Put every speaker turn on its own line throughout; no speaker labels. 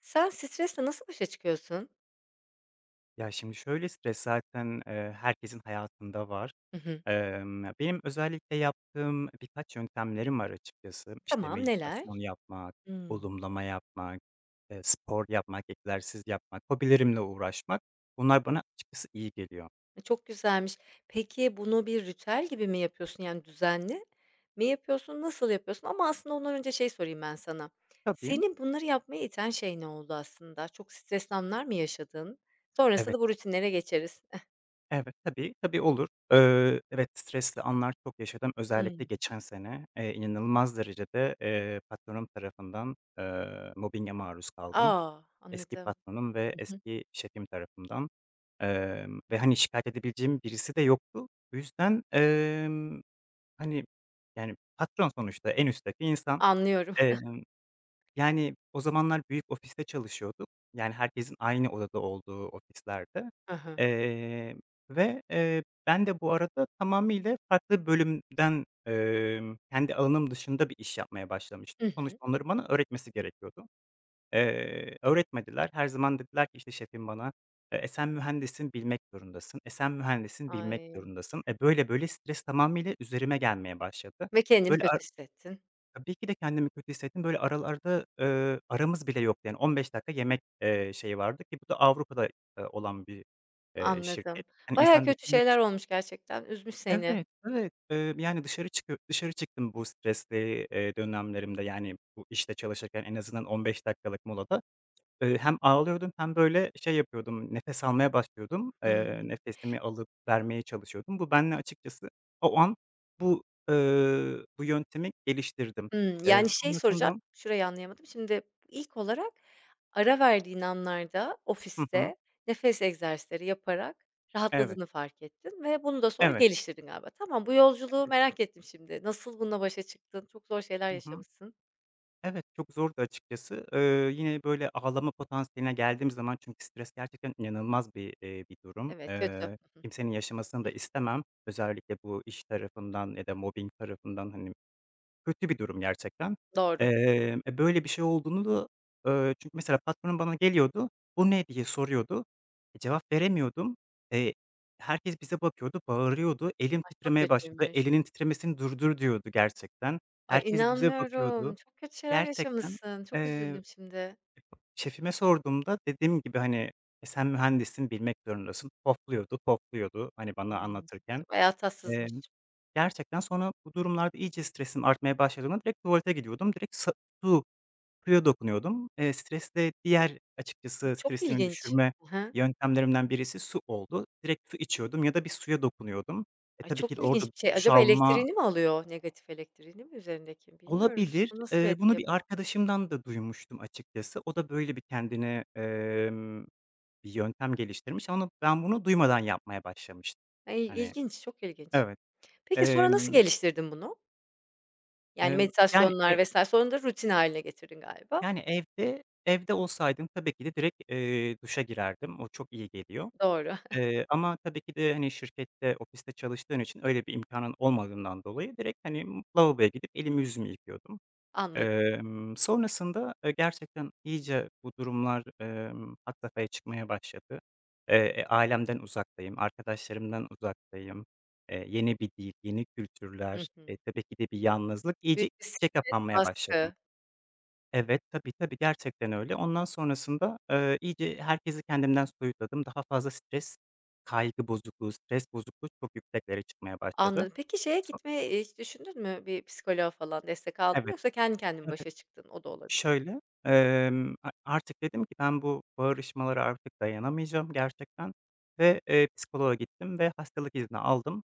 Sen stresle nasıl başa çıkıyorsun?
Ya, şimdi şöyle, stres zaten, herkesin hayatında var.
Hı hı.
Benim özellikle yaptığım birkaç yöntemlerim var açıkçası. İşte,
Tamam, neler?
meditasyon yapmak,
Hımm.
olumlama yapmak, spor yapmak, egzersiz yapmak, hobilerimle uğraşmak. Bunlar bana açıkçası iyi geliyor.
E, çok güzelmiş. Peki, bunu bir ritüel gibi mi yapıyorsun? Yani düzenli mi yapıyorsun? Nasıl yapıyorsun? Ama aslında ondan önce şey sorayım ben sana.
Tabii,
Seni bunları yapmaya iten şey ne oldu aslında? Çok stresli anlar mı yaşadın?
evet,
Sonrasında bu rutinlere geçeriz.
evet, tabii, tabii olur. Evet, stresli anlar çok yaşadım. Özellikle
Hımm.
geçen sene, inanılmaz derecede, patronum tarafından, mobbinge maruz kaldım.
A!
Eski
Anladım.
patronum ve
Hı hı.
eski şefim tarafından, ve, hani, şikâyet edebileceğim birisi de yoktu. Bu yüzden, hani, yani, patron sonuçta en üstteki insan.
Anlıyorum.
Evet. Yani, o zamanlar büyük ofiste çalışıyorduk. Yani, herkesin aynı odada olduğu ofislerde,
Hı hı.
eee, ve, ben de bu arada tamamıyla farklı bölümden, kendi alanım dışında bir iş yapmaya
Hı
başlamıştım. Sonuçta
hı.
onların bana öğretmesi gerekiyordu. Öğretmediler. Her zaman dediler ki, işte, şefim bana, Sen mühendisin, bilmek zorundasın. Sen mühendisin, bilmek
Ay,
zorundasın." Böyle böyle stres tamamıyla üzerime gelmeye başladı.
ve kendini
Böyle
kötü
ar
hissettin.
Tabii ki de kendimi kötü hissettim. Böyle aralarda, aramız bile yoktu. Yani 15 dakika yemek, şeyi vardı ki bu da Avrupa'da, olan bir,
Anladım.
şirket. Hani,
Bayağı
insan
kötü
düşününce...
şeyler olmuş gerçekten. Üzmüş seni.
Evet, evet. Yani dışarı çıktım bu stresli, dönemlerimde. Yani bu işte çalışırken en azından 15 dakikalık molada... Hem ağlıyordum hem böyle şey yapıyordum, nefes almaya başlıyordum.
Hımm.
Nefesimi alıp vermeye çalışıyordum. Bu benle açıkçası o an bu, bu yöntemi geliştirdim.
Hımm, yani, şey soracağım,
Sonrasında
şurayı anlayamadım. Şimdi ilk olarak ara verdiğin anlarda
Hı hı.
ofiste nefes egzersizleri yaparak
Evet,
rahatladığını fark ettin ve bunu da sonra
evet.
geliştirdin galiba. Tamam, bu yolculuğu merak ettim şimdi. Nasıl bununla başa çıktın? Çok zor şeyler
Hı hı.
yaşamışsın.
Evet, çok zordu açıkçası. Yine böyle ağlama potansiyeline geldiğim zaman çünkü stres gerçekten inanılmaz bir durum.
Evet, kötü.
Kimsenin yaşamasını da istemem. Özellikle bu iş tarafından ya da mobbing tarafından, hani... Kötü bir durum gerçekten.
Doğru.
Böyle bir şey olduğunu da, çünkü mesela patronum bana geliyordu, "Bu ne?" diye soruyordu. Cevap veremiyordum. Eee, Herkes bize bakıyordu, bağırıyordu. Elim
Ay, çok
titremeye başladı.
kötüymüş.
"Elinin titremesini durdur." diyordu gerçekten.
Ay,
Herkes bize bakıyordu.
inanmıyorum. Çok kötü şeyler
Gerçekten,
yaşamışsın. Çok
eee,
üzüldüm şimdi.
şefime sorduğumda dediğim gibi, hani, Sen mühendissin, bilmek zorundasın." Pofluyordu, pofluyordu, hani, bana
Hımm.
anlatırken.
Bayağı tatsızmış.
Emm Gerçekten sonra bu durumlarda iyice stresim artmaya başladığında direkt tuvalete gidiyordum. Direkt sa su suya dokunuyordum. Stres Diğer açıkçası
Çok
stresimi
ilginç.
düşürme
Hı hı.
yöntemlerimden birisi su oldu. Direkt su içiyordum ya da bir suya dokunuyordum.
Ay,
Tabii ki
çok
de orada
ilginç bir şey.
duş
Acaba
alma...
elektriğini mi alıyor? Negatif elektriğini mi üzerindeki? Bilmiyorum. Su
Olabilir.
nasıl bir etki
Bunu bir
yapıyor?
arkadaşımdan da duymuştum açıkçası. O da böyle bir kendine, bir yöntem geliştirmiş ama ben bunu duymadan yapmaya başlamıştım.
Ay,
Hani,
ilginç, çok ilginç.
evet,
Peki sonra nasıl
emm,
geliştirdin bunu? Yani
emm, yani
meditasyonlar vesaire. Sonra da rutin haline getirdin galiba.
Yani, evde olsaydım tabii ki de direkt, duşa girerdim. O çok iyi geliyor.
Doğru,
Ama tabii ki de, hani, şirkette, ofiste çalıştığın için öyle bir imkânın olmadığından dolayı direkt, hani, lavaboya gidip elimi yüzümü yıkıyordum.
anladım.
Sonrasında, gerçekten iyice bu durumlar, had safhaya çıkmaya başladı. Ailemden uzaktayım, arkadaşlarımdan uzaktayım. Yeni bir dil, yeni
Hı
kültürler,
hı.
tabii ki de bir yalnızlık.
Büyük
İyice
bir
içe
stres,
kapanmaya başladım.
baskı.
Evet, tabii, tabii, gerçekten öyle. Ondan sonrasında, iyice herkesi kendimden soyutladım. Daha fazla stres, kaygı bozukluğu, stres bozukluğu çok yükseklere çıkmaya başladı.
Anladım. Peki şeye
So
gitme hiç düşündün mü? Bir psikoloğa falan destek aldın mı
Evet,
yoksa kendi kendin
evet.
başa çıktın? O da olabilir.
Şöyle, a artık dedim ki ben bu bağırışmalara artık dayanamayacağım gerçekten ve, psikoloğa gittim ve hastalık izni aldım.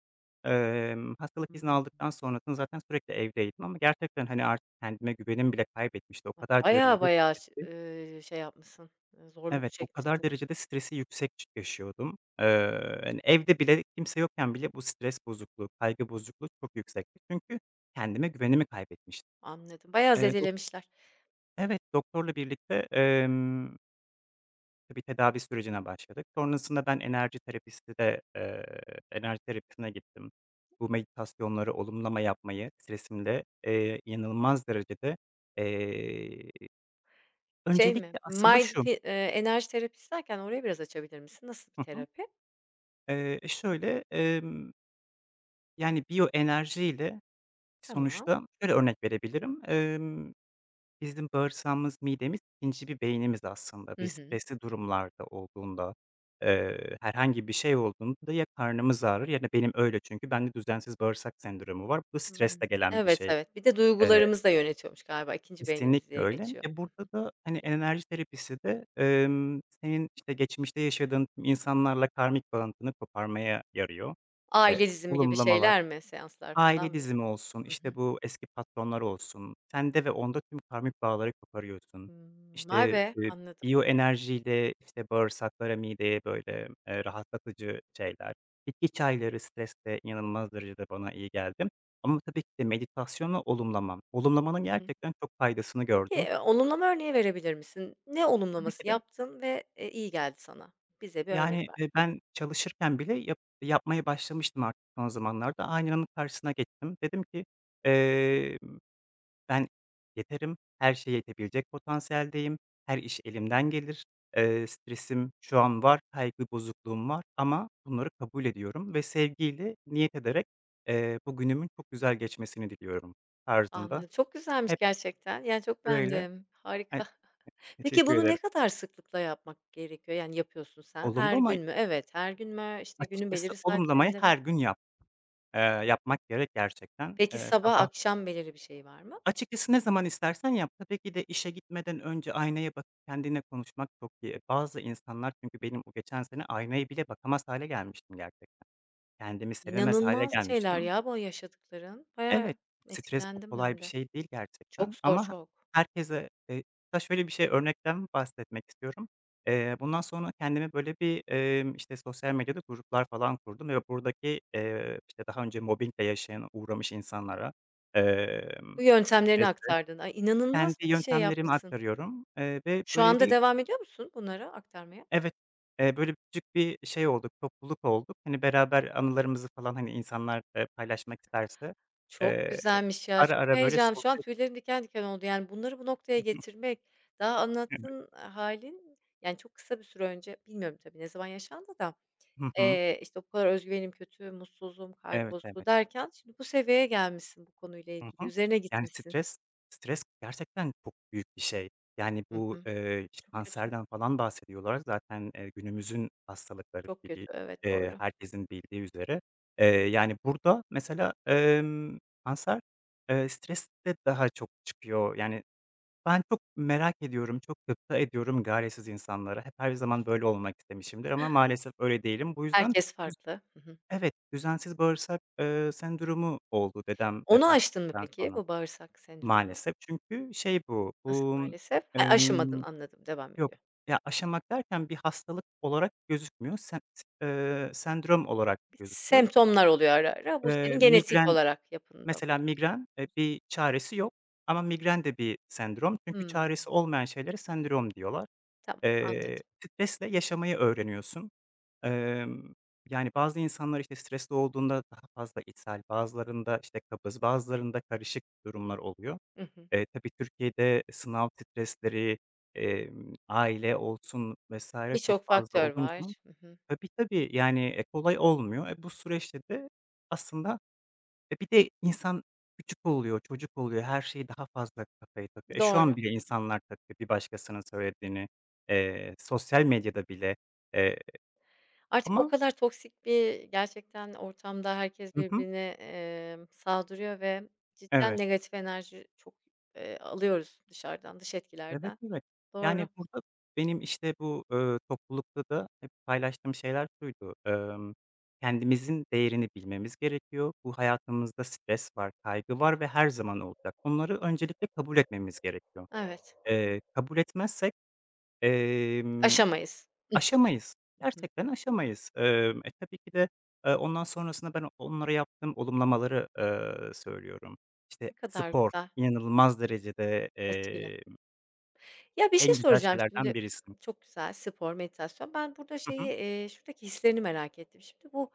Hastalık izni
Hımm.
aldıktan sonrasında zaten sürekli evdeydim ama gerçekten, hani, artık kendime güvenim bile kaybetmişti. O kadar
Baya
derecede...
bayağı ş şey yapmışsın, zorluk
Evet, o kadar
çekmişsin.
derecede stresi yüksek yaşıyordum. Hani, evde bile kimse yokken bile bu stres bozukluğu, kaygı bozukluğu çok yüksekti. Çünkü kendime güvenimi kaybetmiştim.
Anladım. Bayağı
Dok
zedelemişler.
Evet, doktorla birlikte, tabii tedavi sürecine başladık. Sonrasında ben enerji terapisti de, enerji terapisine gittim. Bu meditasyonları, olumlama yapmayı stresimde, inanılmaz derecede, eee,
Şey mi?
öncelikle aslında şu...
Mindf enerji terapisi derken orayı biraz açabilir misin? Nasıl bir
Hı hı.
terapi?
Eee, şöyle, emm Yani, biyoenerjiyle
Tamam.
sonuçta şöyle örnek verebilirim. Bizim bağırsağımız, midemiz ikinci bir beynimiz aslında.
Hı
Biz
hı.
stresli durumlarda olduğunda, herhangi bir şey olduğunda ya karnımız ağrır ya da benim öyle, çünkü bende düzensiz bağırsak sendromu var. Bu da
Hımm.
stresle gelen bir
Evet,
şey.
evet. Bir de
Eee,
duygularımızı da yönetiyormuş galiba 2. beynimiz
Kesinlikle
diye
öyle.
geçiyor.
Burada da, hani, enerji terapisi de, senin, işte, geçmişte yaşadığın insanlarla karmik bağını koparmaya yarıyor.
Aile
Eee,
dizimi gibi
Olumlamalar...
şeyler mi? Seanslar falan
Aile
mı
dizimi
yapılıyor?
olsun,
Hı
işte,
hı.
bu eski patronlar olsun, sende ve onda tüm karmik bağları koparıyorsun.
Hımm. Vay
İşte,
be, anladım.
biyoenerjiyle, işte, bağırsaklara, mideye, böyle, rahatlatıcı şeyler. Bitki çayları streste inanılmaz derecede bana iyi geldi, ama tabii ki de meditasyonla olumlamam. Olumlamanın
Hı hı.
gerçekten çok faydasını
Peki,
gördüm.
olumlama örneği verebilir misin? Ne
Tabii ki
olumlaması
de,
yaptın ve, iyi geldi sana? Bize bir örnek
yani,
ver.
ben çalışırken bile yapmaya başlamıştım artık son zamanlarda. Aynanın karşısına geçtim. Dedim ki, eee ben yeterim, her şeye yetebilecek potansiyeldeyim, her iş elimden gelir, stresim şu an var, kaygı bozukluğum var ama bunları kabul ediyorum ve sevgiyle niyet ederek, bu günümün çok güzel geçmesini diliyorum tarzında.
Anladım. Çok güzelmiş
Hep
gerçekten. Yani, çok
böyle...
beğendim.
Ay,
Harika. Peki,
teşekkür
bunu ne
ederim.
kadar sıklıkla yapmak gerekiyor? Yani, yapıyorsun sen.
Olumlu
Her
ama
gün mü? Evet, her gün mü? İşte, günün
açıkçası
belirli
olumlamayı
saatlerinde mi?
her gün yapmak gerek gerçekten.
Peki, sabah,
Sabah
akşam belirli bir şey var mı?
Açıkçası ne zaman istersen yap. Tabii ki de işe gitmeden önce aynaya bakıp kendine konuşmak çok iyi. Bazı insanlar, çünkü benim o geçen sene aynaya bile bakamaz hale gelmiştim gerçekten. Kendimi sevemez hale
İnanılmaz şeyler
gelmiştim.
ya bu yaşadıkların. Bayağı
Evet, stres bu
etkilendim
kolay
ben
bir
de.
şey değil
Çok
gerçekten
zor,
ama
çok.
herkese, hatta şöyle bir şey örnekten bahsetmek istiyorum. Bundan sonra kendime böyle bir, işte, sosyal medyada gruplar falan kurdum ve buradaki, işte, daha önce mobbingle yaşayan, uğramış insanlara, emm,
Bu yöntemlerini
stresle
aktardın. Ay, inanılmaz
kendi
bir şey
yöntemlerimi
yapmışsın.
aktarıyorum, ve
Şu
böyle
anda
bir...
devam ediyor musun bunlara aktarmaya?
Evet, böyle küçük bir şey olduk, topluluk olduk. Hani, beraber anılarımızı falan, hani, insanlar, paylaşmak isterse,
Çok
eee,
güzelmiş ya,
ara
çok
ara böyle
heyecan. Şu an
sohbet.
tüylerim diken diken oldu. Yani, bunları bu noktaya getirmek, daha
Hı hı. Evet.
anlattığın halin. Yani, çok kısa bir süre önce, bilmiyorum tabii ne zaman yaşandı da,
Hı hı.
işte, bu kadar özgüvenim kötü, mutsuzum, kaygı
Evet,
bozukluğu
evet.
derken şimdi bu seviyeye gelmişsin bu konuyla
Hı
ilgili,
hı.
üzerine
Yani,
gitmişsin.
stres gerçekten çok büyük bir şey. Yani,
Hı
bu,
hı.
işte,
Çok kötü,
kanserden falan bahsediyorlar. Zaten, günümüzün hastalıkları
çok kötü.
gibi,
Evet, doğru.
herkesin bildiği üzere. Yani, burada mesela, kanser, stres de daha çok çıkıyor. Yani, ben çok merak ediyorum, çok gıpta ediyorum çaresiz insanlara. Hep her zaman böyle olmak istemişimdir ama maalesef öyle değilim. Bu yüzden...
Herkes
düz
farklı. Hı hı.
Evet, düzensiz bağırsak, sendromu oldu dedem
Onu
vefat
aştın mı
ettikten
peki,
sonra.
bu bağırsak sendromunu?
Maalesef, çünkü şey
Nasıl maalesef? Ha, aşamadın,
emm,
anladım, devam
yok,
ediyor.
ya, aşamak derken bir hastalık olarak gözükmüyor. Sen, sendrom olarak gözüküyor.
Semptomlar oluyor ara ara. Bu
Eee,
senin genetik
migren,
olarak yapında var.
mesela migren, bir çaresi yok ama migren de bir sendrom. Çünkü
Hımm,
çaresi olmayan şeylere sendrom diyorlar.
tamam anladım.
Stresle yaşamayı öğreniyorsun. Emm, Yani, bazı insanlar, işte, stresli olduğunda daha fazla içsel, bazılarında, işte, kabız, bazılarında karışık durumlar oluyor.
Hı hı.
Tabii Türkiye'de sınav stresleri, aile olsun vesaire çok
Birçok
fazla
faktör
olunca...
var. Hı hı.
Tabii, tabii, yani, kolay olmuyor. Bu süreçte de aslında, bir de insan küçük oluyor, çocuk oluyor, her şeyi daha fazla kafaya takıyor. Şu
Doğru.
an bile insanlar takıyor bir başkasının söylediğini, sosyal medyada bile, eee,
Artık o
ama...
kadar toksik bir gerçekten ortamda herkes
Hı hı,
birbirine, saldırıyor ve cidden
evet.
negatif enerji çok, alıyoruz dışarıdan, dış
Evet,
etkilerden.
evet.
Doğru.
Yani, burada benim, işte, bu, toplulukta da hep paylaştığım şeyler şuydu: kendimizin değerini bilmemiz gerekiyor. Bu hayatımızda stres var, kaygı var ve her zaman olacak. Bunları öncelikle kabul etmemiz gerekiyor.
Evet.
Kabul etmezsek, emm,
Aşamayız. Hı
aşamayız.
hı.
Gerçekten aşamayız. Tabii ki de, ondan sonrasında ben onlara yaptığım olumlamaları, söylüyorum. İşte,
Ne kadar
spor
güzel,
inanılmaz derecede,
etkili. Ya, bir şey
en güzel
soracağım şimdi.
şeylerden birisi.
Çok güzel spor, meditasyon. Ben burada
Hı
şeyi,
hı.
şuradaki hislerini merak ettim. Şimdi bu,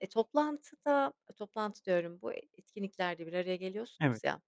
toplantıda, toplantı diyorum, bu etkinliklerde bir araya
Evet.
geliyorsunuz ya,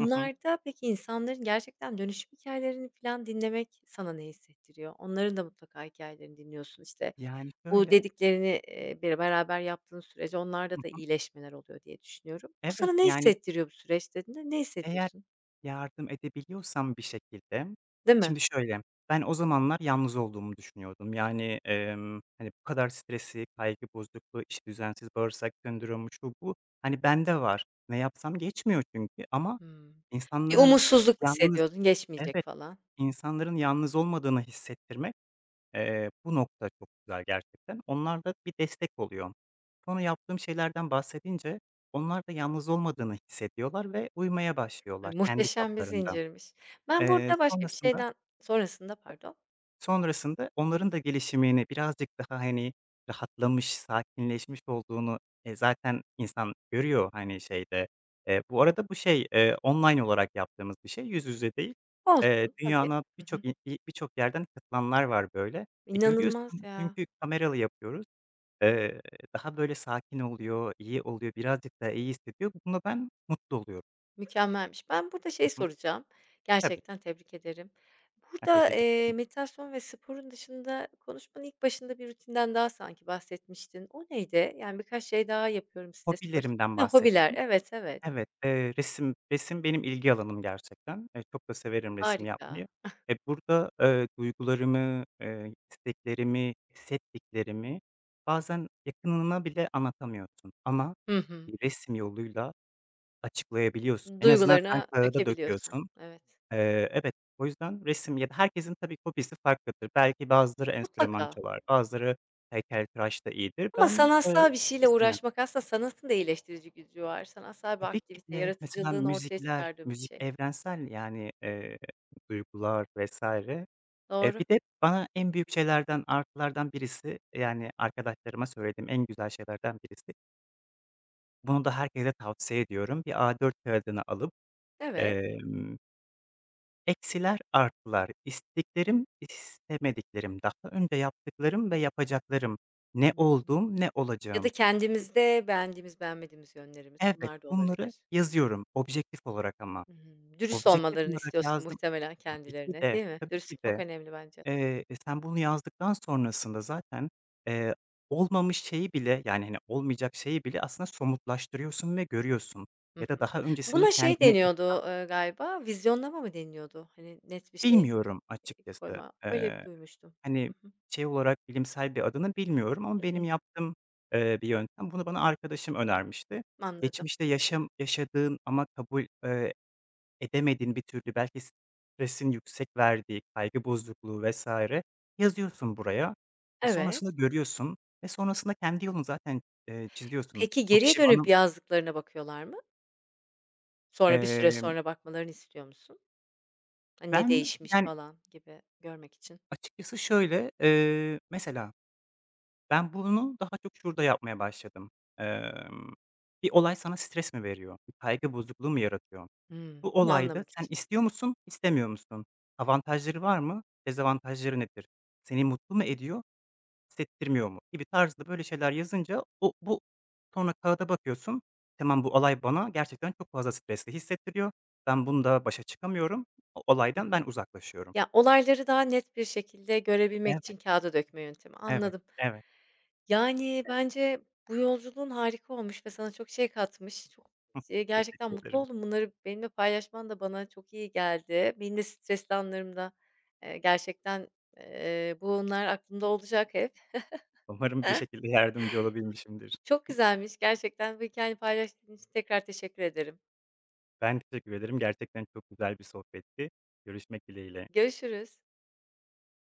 Hı hı.
peki insanların gerçekten dönüşüm hikayelerini falan dinlemek sana ne hissettiriyor? Onların da mutlaka hikayelerini dinliyorsun. İşte,
Yani,
bu
şöyle...
dediklerini, bir beraber yaptığın sürece
Hı
onlarda da
hı.
iyileşmeler oluyor diye düşünüyorum. O
Evet,
sana ne
yani,
hissettiriyor bu süreçte? Ne
eğer
hissediyorsun?
yardım edebiliyorsam bir şekilde...
Değil mi?
Şimdi şöyle, ben o zamanlar yalnız olduğumu düşünüyordum. Yani, hani, bu kadar stresi, kaygı bozukluğu, işte, düzensiz bağırsak sendromu, şu, bu, hani, bende var. Ne yapsam geçmiyor çünkü, ama
Hımm. Bir
insanların
umutsuzluk
yalnız
hissediyordun, geçmeyecek
Evet,
falan.
insanların yalnız olmadığını hissettirmek... Bu nokta çok güzel gerçekten. Onlar da bir destek oluyor. Sonra yaptığım şeylerden bahsedince onlar da yalnız olmadığını hissediyorlar ve uymaya
Ay,
başlıyorlar kendi
muhteşem bir
çaplarında.
zincirmiş. Ben
Eee,
burada başka bir
sonrasında
şeyden sonrasında, pardon.
Sonrasında onların da gelişimini birazcık daha, hani, rahatlamış, sakinleşmiş olduğunu, zaten insan görüyor, hani, şeyde. Bu arada bu şey, online olarak yaptığımız bir şey, yüz yüze değil.
Olsun, tabii.
Dünyanın
Hı hı.
birçok i i birçok yerden katılanlar var böyle.
İnanılmaz
Görüyorsun
ya,
çünkü kameralı yapıyoruz. Eee, Daha böyle sakin oluyor, iyi oluyor, birazcık daha iyi hissediyor. Buna ben mutlu oluyorum.
mükemmelmiş. Ben burada şey
Hı hı.
soracağım,
Tabii.
gerçekten tebrik ederim.
Ben
Burada,
teşekkür ederim.
meditasyon ve sporun dışında konuşmanın ilk başında bir rutinden daha sanki bahsetmiştin. O neydi? Yani birkaç şey daha yapıyorum stresle.
Hobilerimden
Hıı, hobiler.
bahsettim.
Evet, evet.
Evet, resim benim ilgi alanım gerçekten. Çok da severim resim
Harika.
yapmayı. Burada, duygularımı, isteklerimi, hissettiklerimi bazen yakınına bile anlatamıyorsun, ama
Hı hı.
bir resim yoluyla açıklayabiliyorsun. En azından sen
Duygularına
kağıda
dökebiliyorsun.
döküyorsun.
Evet.
Evet, o yüzden resim, ya da herkesin tabii hobisi farklıdır. Belki bazıları enstrüman
Mutlaka
çalar, bazıları heykeltıraşta iyidir.
ama
Ben,
sanatsal bir şeyle
resime
uğraşmak aslında sanatın da iyileştirici gücü var. Sanatsal bir
Tabii ki
aktivite,
de. Mesela
yaratıcılığını ortaya
müzikler,
çıkardığın bir
müzik
şey.
evrensel yani, duygular vesaire.
Doğru,
Bir de bana en büyük şeylerden, artılardan birisi, yani arkadaşlarıma söylediğim en güzel şeylerden birisi, bunu da herkese tavsiye ediyorum. Bir A4 kağıdını alıp,
evet.
emm, eksiler, artılar, istediklerim, istemediklerim, daha önce yaptıklarım ve yapacaklarım, ne olduğum, ne
Ya da
olacağım.
kendimizde beğendiğimiz, beğenmediğimiz yönlerimiz
Evet,
bunlar da
bunları
olabilir.
yazıyorum objektif olarak, ama.
Hı hı. Dürüst
Objektif
olmalarını
olarak
istiyorsun
yazdım.
muhtemelen
Tabii ki
kendilerine,
de,
değil mi?
tabii ki
Dürüstlük çok
de.
önemli bence.
Sen bunu yazdıktan sonrasında zaten, eee, olmamış şeyi bile, yani, hani, olmayacak şeyi bile aslında somutlaştırıyorsun ve görüyorsun,
Hı
ya da
hı.
daha öncesinde
Buna şey
kendine
deniyordu, galiba, vizyonlama mı deniyordu? Hani net bir şey,
bilmiyorum açıkçası.
koyma. Öyle bir duymuştum.
Hani,
Hı hı.
şey olarak bilimsel bir adını bilmiyorum ama
Hı
benim
hı.
yaptığım, bir yöntem. Bunu bana arkadaşım önermişti.
Anladım.
Geçmişte yaşadığın ama kabul, edemediğin bir türlü belki stresin yüksek verdiği, kaygı bozukluğu vesaire yazıyorsun buraya.
Evet.
Sonrasında görüyorsun ve sonrasında kendi yolunu zaten, çiziyorsun.
Peki
Bu
geriye
kişi
dönüp
bana...
yazdıklarına bakıyorlar mı? Sonra bir süre
Emm,
sonra bakmalarını istiyor musun? Hani, ne
Ben,
değişmiş
yani,
falan gibi görmek için.
açıkçası şöyle, mesela ben bunu daha çok şurada yapmaya başladım. Emm, Bir olay sana stres mi veriyor? Bir kaygı bozukluğu mu yaratıyor?
Hımm,
Bu
bunu
olayda
anlamak
sen
için.
istiyor musun, istemiyor musun? Avantajları var mı? Dezavantajları nedir? Seni mutlu mu ediyor, hissettirmiyor mu gibi tarzda böyle şeyler yazınca, o bu sonra kağıda bakıyorsun, tamam, bu olay bana gerçekten çok fazla stresli hissettiriyor. Ben bunda başa çıkamıyorum. O olaydan ben uzaklaşıyorum.
Ya, olayları daha net bir şekilde görebilmek için
Evet,
kâğıda dökme yöntemi,
evet,
anladım.
evet,
Yani,
evet.
bence bu yolculuğun harika olmuş ve sana çok şey katmış. Çok,
Hıh.
gerçekten
Teşekkür
mutlu
ederim.
oldum. Bunları benimle paylaşman da bana çok iyi geldi. Benim de stresli anlarımda, gerçekten, bunlar aklımda olacak hep.
Umarım bir şekilde yardımcı olabilmişimdir.
Çok güzelmiş gerçekten bu hikâyeni paylaştığın için tekrar teşekkür ederim.
Ben teşekkür ederim. Gerçekten çok güzel bir sohbetti. Görüşmek dileğiyle.
Görüşürüz.